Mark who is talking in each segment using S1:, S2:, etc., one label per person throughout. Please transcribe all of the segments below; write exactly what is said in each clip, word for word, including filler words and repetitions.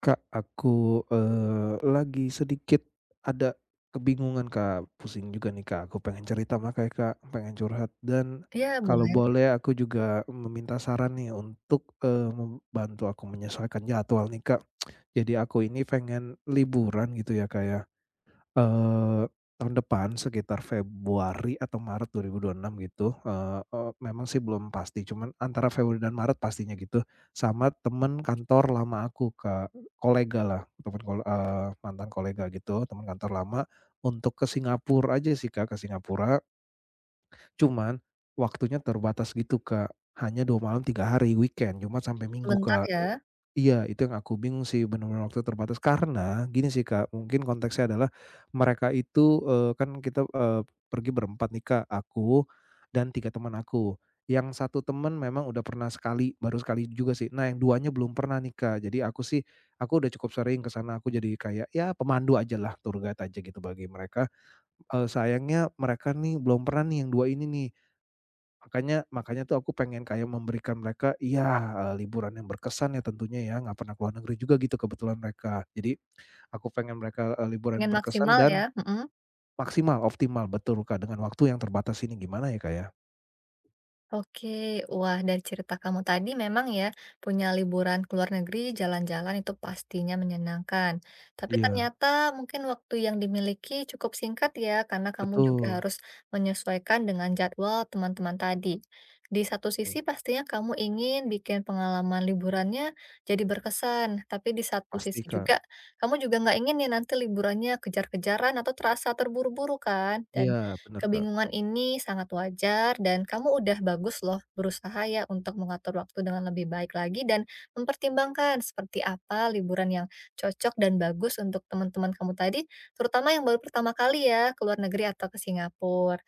S1: Kak, aku, eee, lagi sedikit ada kebingungan, Kak. Pusing juga nih, Kak. Aku pengen cerita makanya, Kak, pengen curhat dan
S2: Iya
S1: kalau
S2: boleh,
S1: boleh aku juga meminta saran nih untuk, eee, membantu aku menyesuaikan jadwal nih, Kak. Jadi aku ini pengen liburan gitu ya, Kak, ya. Eee, Tahun depan sekitar Februari atau Maret dua ribu dua puluh enam gitu, eee eee, memang sih belum pasti, cuman antara Februari dan Maret pastinya gitu, sama temen kantor lama aku, Kak, kolegalah, temen kol eee, mantan kolega gitu, temen kantor lama, untuk ke Singapura aja sih, Kak, ke Singapura, cuman waktunya terbatas gitu, Kak, hanya dua malam tiga hari, weekend, Jumat sampai Minggu,
S2: sebentar
S1: Kak.
S2: ya,
S1: Iya, itu yang aku bingung sih, benar-benar waktu terbatas. Karena gini sih, Kak, mungkin konteksnya adalah mereka itu, eee, kan kita, eee, pergi berempat nih, Kak, aku dan tiga teman aku. Yang satu teman memang udah pernah sekali, baru sekali juga sih. Nah, yang duanya belum pernah nih, Kak. Jadi aku sih, aku udah cukup sering ke sana, aku jadi kayak ya pemandu ajalah, tour guide aja gitu bagi mereka. Eee, sayangnya mereka nih belum pernah nih yang dua ini nih. Makanya makanya tuh aku pengen kayak memberikan mereka, iya, eee, liburan yang berkesan ya tentunya ya, nggak pernah ke luar negeri juga gitu kebetulan mereka. Jadi aku pengen mereka, eee, liburan
S2: pengen
S1: berkesan
S2: maksimal ya,
S1: dan
S2: mhm.
S1: maksimal, optimal, betul Kak, dengan waktu yang terbatas ini, gimana ya Kak ya?
S2: Oke, wah dari cerita kamu tadi memang ya, punya liburan ke luar negeri, jalan-jalan itu pastinya menyenangkan. Tapi
S1: Iya,
S2: ternyata mungkin waktu yang dimiliki cukup singkat ya, karena kamu juga
S1: betul,
S2: harus menyesuaikan dengan jadwal teman-teman tadi. Di satu
S1: iya,
S2: sisi pastinya kamu ingin bikin pengalaman liburannya jadi berkesan, tapi di satu
S1: pasti
S2: sisi juga,
S1: Kak.
S2: kamu juga nggak ingin nih nanti liburannya kejar-kejaran atau terasa terburu-buru kan?
S1: Iya,
S2: Dan
S1: bener Kak.
S2: kebingungan ini sangat wajar dan kamu udah bagus loh berusaha ya untuk mengatur waktu dengan lebih baik lagi dan mempertimbangkan seperti apa liburan yang cocok dan bagus untuk teman-teman kamu tadi, terutama yang baru pertama kali ya ke luar negeri atau ke Singapura.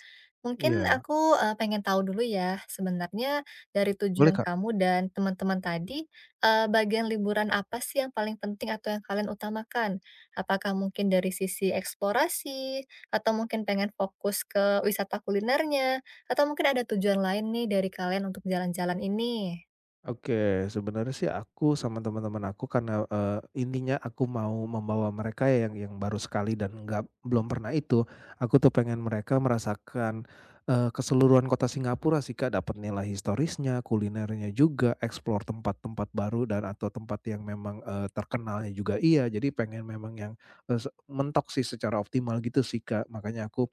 S2: Mungkin
S1: Iya,
S2: aku, eee, pengen tahu dulu ya, sebenarnya dari
S1: boleh
S2: tujuan
S1: Kak.
S2: kamu dan teman-teman tadi, eee, bagian liburan apa sih yang paling penting atau yang kalian utamakan? Apakah mungkin dari sisi eksplorasi? Atau mungkin pengen fokus ke wisata kulinernya, atau mungkin ada tujuan lain nih dari kalian untuk jalan-jalan ini?
S1: Oke, sebenarnya sih aku sama teman-teman aku karena, eee, intinya aku mau membawa mereka yang yang baru sekali dan nggak belum pernah itu, aku tuh pengen mereka merasakan, eee, keseluruhan kota Singapura sih, Kak, dapat nilai historisnya, kulinernya juga, explore tempat-tempat baru dan atau tempat yang memang, eee, terkenalnya juga iya, jadi pengen memang yang, eee, se mentok sih secara optimal gitu sih, Kak. Makanya aku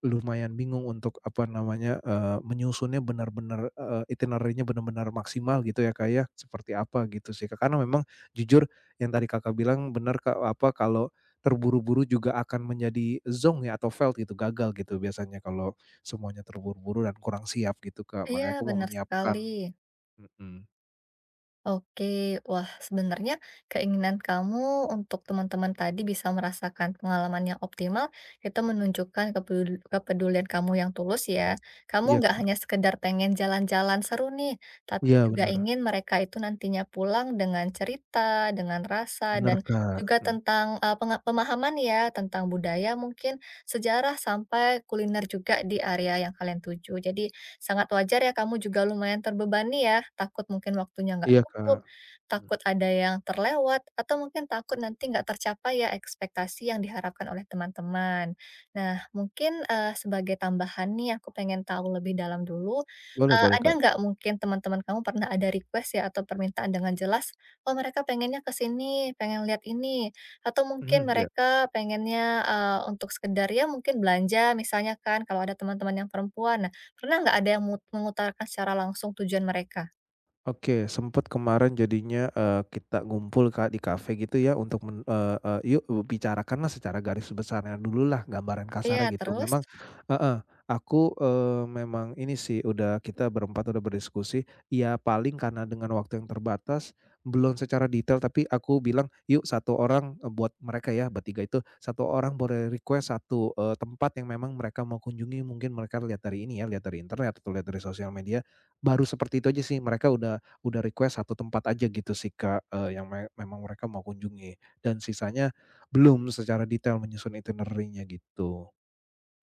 S1: lumayan bingung untuk, apa namanya, eee, menyusunnya benar-benar, eee, itinerary-nya benar-benar maksimal gitu ya, Kak, ya, seperti apa gitu sih, Kak. Karena memang jujur yang tadi Kakak bilang benar, Kak, apa, kalau terburu-buru juga akan menjadi zonk ya atau failed gitu, gagal gitu biasanya kalau semuanya terburu-buru dan kurang siap gitu, Kak.
S2: Iya,
S1: Makanya aku mau
S2: benar sekali.
S1: menyiapkan. Mhm.
S2: Oke, wah sebenarnya keinginan kamu untuk teman-teman tadi bisa merasakan pengalaman yang optimal itu menunjukkan kepedul- kepedulian kamu yang tulus ya. Kamu
S1: Iya,
S2: nggak
S1: Kak.
S2: hanya sekedar pengen jalan-jalan seru nih, tapi
S1: Iya
S2: juga
S1: benar.
S2: ingin mereka itu nantinya pulang dengan cerita, dengan rasa,
S1: Benar,
S2: dan
S1: Kak.
S2: juga
S1: Mhm.
S2: tentang uh, penga- pemahaman ya, tentang budaya mungkin, sejarah sampai kuliner juga di area yang kalian tuju. Jadi sangat wajar ya kamu juga lumayan terbebani ya, takut mungkin waktunya nggak
S1: Iya,
S2: cukup,
S1: Kak. Mhm.
S2: takut ada yang terlewat, atau mungkin takut nanti nggak tercapai ya ekspektasi yang diharapkan oleh teman-teman. Nah, mungkin, eee, sebagai tambahan nih aku pengen tahu lebih dalam dulu,
S1: Boleh
S2: eee,
S1: boleh,
S2: ada
S1: Kak.
S2: nggak mungkin teman-teman kamu pernah ada request ya atau permintaan dengan jelas, oh mereka pengennya ke sini, pengen lihat ini, atau mungkin
S1: Mhm, iya.
S2: mereka pengennya, eee, untuk sekedar ya mungkin belanja misalnya kan kalau ada teman-teman yang perempuan. Nah, pernah nggak ada yang mut mengutarakan secara langsung tujuan mereka?
S1: Oke, sempet kemarin jadinya, eee, kita ngumpul Kak, di kafe gitu ya untuk men eee eee, "Yuk bicarakanlah secara garis besarnya dulu lah gambaran kasarnya
S2: Iya,
S1: gitu."
S2: terus?
S1: Memang, heeh, aku, eee, memang ini sih udah kita berempat udah berdiskusi, ya paling karena dengan waktu yang terbatas, belum secara detail tapi aku bilang, "Yuk satu orang" eee, buat mereka ya bertiga itu, satu orang boleh request satu eee, tempat yang memang mereka mau kunjungi." Mungkin mereka lihat dari ini ya, lihat dari internet atau lihat dari sosial media, baru seperti itu aja sih mereka udah udah request satu tempat aja gitu sih, Kak, eee, yang me memang mereka mau kunjungi dan sisanya belum secara detail menyusun itinerary-nya gitu.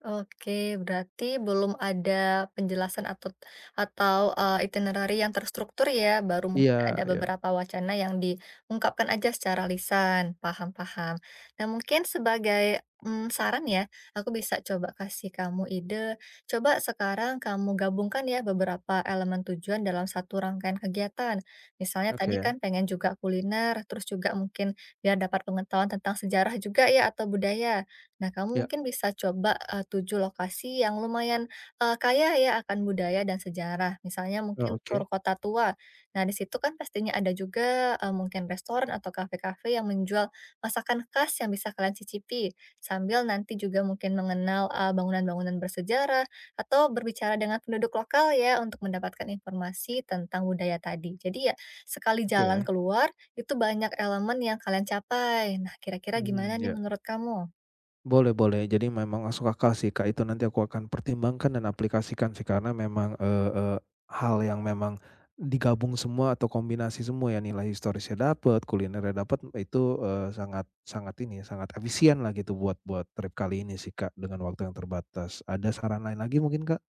S2: Oke, berarti belum ada penjelasan atau atau, eee, itinerary yang terstruktur ya, baru
S1: Iya
S2: mungkin ada
S1: iya,
S2: beberapa wacana yang diungkapkan aja secara lisan, paham paham. Nah, mungkin sebagai, mmm, saran ya, aku bisa coba kasih kamu ide, coba sekarang kamu gabungkan ya beberapa elemen tujuan dalam satu rangkaian kegiatan. Misalnya tadi
S1: oke,
S2: kan pengen juga kuliner, terus juga mungkin biar dapat pengetahuan tentang sejarah juga ya atau budaya. Nah, kamu
S1: iya,
S2: mungkin bisa coba eh, tujuh lokasi yang lumayan eh, kaya ya akan budaya dan sejarah. Misalnya
S1: oh,
S2: mungkin
S1: oke
S2: tur kota tua. Nah, di situ kan pastinya ada juga eh, mungkin restoran atau kafe-kafe yang menjual masakan khas yang bisa kalian cicipi. Sambil nanti juga mungkin mengenal eh, bangunan-bangunan bersejarah atau berbicara dengan penduduk lokal ya untuk mendapatkan informasi tentang budaya tadi. Jadi ya, sekali jalan
S1: oke,
S2: keluar itu banyak elemen yang kalian capai. Nah, kira-kira
S1: mmm,
S2: gimana nih
S1: iya.
S2: menurut kamu?
S1: Boleh boleh. Jadi memang masuk akal sih, Kak, itu nanti aku akan pertimbangkan dan aplikasikan sih karena memang, eee eee, hal yang memang digabung semua atau kombinasi semua ya nilai historisnya dapat, kulinernya dapat, itu, eee, sangat sangat ini, sangat efisien lah gitu buat buat trip kali ini sih, Kak, dengan waktu yang terbatas. Ada saran lain lagi mungkin, Kak?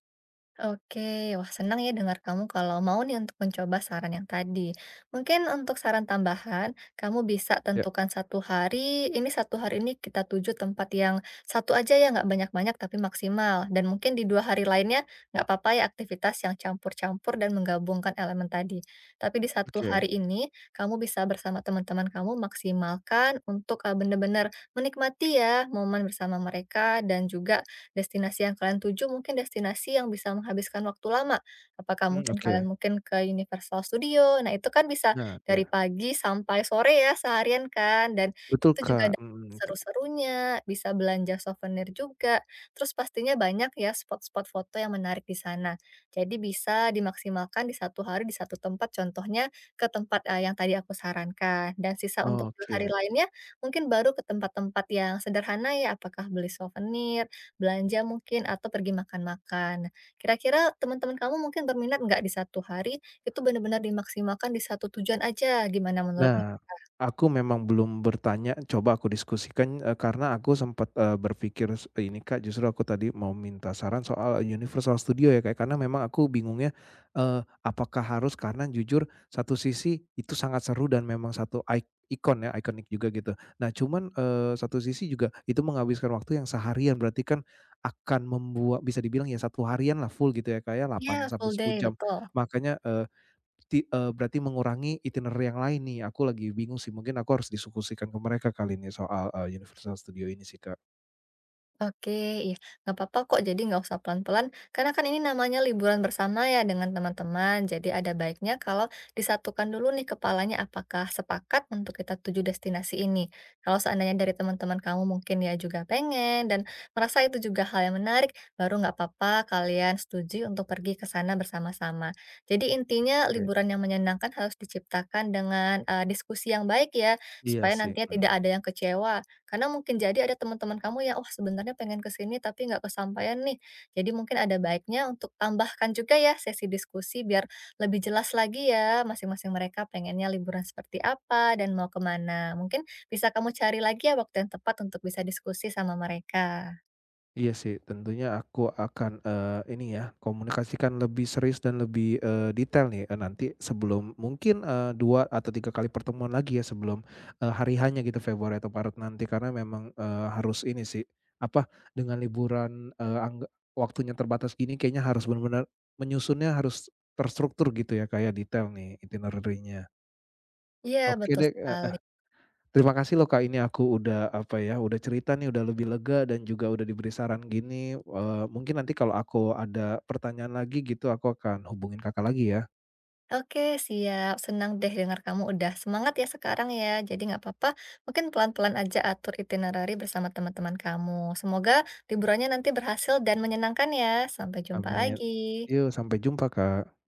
S2: Oke, wah senang ya dengar kamu kalau mau nih untuk mencoba saran yang tadi. Mungkin untuk saran tambahan, kamu bisa
S1: Ya.
S2: tentukan satu hari, ini satu hari ini kita tuju tempat yang satu aja ya, nggak banyak-banyak tapi maksimal. Dan mungkin di dua hari lainnya, nggak apa-apa ya aktivitas yang campur-campur dan menggabungkan elemen tadi. Tapi di satu
S1: Oke,
S2: hari ini, kamu bisa bersama teman-teman kamu maksimalkan untuk eh, benar-benar menikmati ya momen bersama mereka dan juga destinasi yang kalian tuju mungkin destinasi yang bisa menghabiskan waktu lama. Apakah
S1: mmm,
S2: mungkin
S1: oke.
S2: kalian mungkin ke Universal Studio, nah itu kan bisa
S1: Nah,
S2: dari
S1: ya
S2: pagi sampai sore ya seharian kan, dan
S1: betul,
S2: itu juga
S1: Kak,
S2: ada
S1: mhm, itu.
S2: seru-serunya, bisa belanja souvenir juga, terus pastinya banyak ya spot-spot foto yang menarik di sana. Jadi bisa dimaksimalkan di satu hari di satu tempat, contohnya ke tempat, eee, yang tadi aku sarankan, dan sisa untuk dua hari
S1: Oke.
S2: lainnya mungkin baru ke tempat-tempat yang sederhana ya, apakah beli souvenir, belanja mungkin atau pergi makan-makan. Kira-kira teman-teman kamu mungkin berminat nggak di satu hari itu benar-benar dimaksimalkan di satu tujuan aja, gimana menurutmu?
S1: Nah, aku memang belum bertanya, coba aku diskusikan, eee, karena aku sempat, eee, berpikir s eh, ini, Kak, justru aku tadi mau minta saran soal Universal Studio ya, Kak, karena memang aku bingungnya, eee, apakah harus karena jujur satu sisi itu sangat seru dan memang satu ik ikon ya, ikonik juga gitu. Nah, cuman, eee, satu sisi juga itu menghabiskan waktu yang seharian, berarti kan akan membuat bisa dibilang ya satu harian lah full gitu ya, kayak
S2: Iya,
S1: delapan sampai
S2: full
S1: sepuluh
S2: day,
S1: jam.
S2: betul.
S1: Makanya, eh, Ti eee, berarti mengurangi itinerary yang lain nih, aku lagi bingung sih, mungkin aku harus diskusikan ke mereka kali ini soal, eee, Universal Studio ini sih, Kak.
S2: Oke, iya, nggak apa-apa kok. Jadi nggak usah pelan-pelan, karena kan ini namanya liburan bersama ya dengan teman-teman. Jadi ada baiknya kalau disatukan dulu nih kepalanya apakah sepakat untuk kita tuju destinasi ini. Kalau seandainya dari teman-teman kamu mungkin ya juga pengen dan merasa itu juga hal yang menarik, baru nggak apa-apa kalian setuju untuk pergi ke sana bersama-sama. Jadi intinya
S1: Oke,
S2: liburan yang menyenangkan harus diciptakan dengan eh, diskusi yang baik ya,
S1: iya
S2: supaya
S1: sih.
S2: nantinya
S1: Mhm.
S2: tidak ada yang kecewa karena mungkin jadi ada teman-teman kamu yang, "Wah, sebenarnya pengen ke sini tapi nggak kesampaian nih." Jadi mungkin ada baiknya untuk tambahkan juga ya sesi diskusi biar lebih jelas lagi ya masing-masing mereka pengennya liburan seperti apa dan mau kemana. Mungkin bisa kamu cari lagi ya waktu yang tepat untuk bisa diskusi sama mereka.
S1: Iya sih, tentunya aku akan, eee, ini ya, komunikasikan lebih serius dan lebih, eee, detail nih, eee, nanti sebelum mungkin, eee, dua atau tiga kali pertemuan lagi ya sebelum, eee, hari hanya gitu Februari atau Maret nanti. Karena memang, eee, harus ini sih, apa, dengan liburan, eee, angga waktunya terbatas gini kayaknya harus benar-benar menyusunnya harus terstruktur gitu ya kayak detail nih itinerary-nya.
S2: Iya,
S1: Oke
S2: betul
S1: deh, eee
S2: sekali.
S1: terima kasih loh Kak, ini aku udah apa ya, udah cerita nih, udah lebih lega dan juga udah diberi saran gini, eee, mungkin nanti kalau aku ada pertanyaan lagi gitu, aku akan hubungin Kakak lagi ya.
S2: Oke, siap. Senang deh dengar kamu udah semangat ya sekarang ya. Jadi nggak apa-apa, mungkin pelan-pelan aja atur itinerari bersama teman-teman kamu. Semoga liburannya nanti berhasil dan menyenangkan ya. Sampai jumpa
S1: Amin.
S2: lagi.
S1: Yuk, sampai jumpa Kak.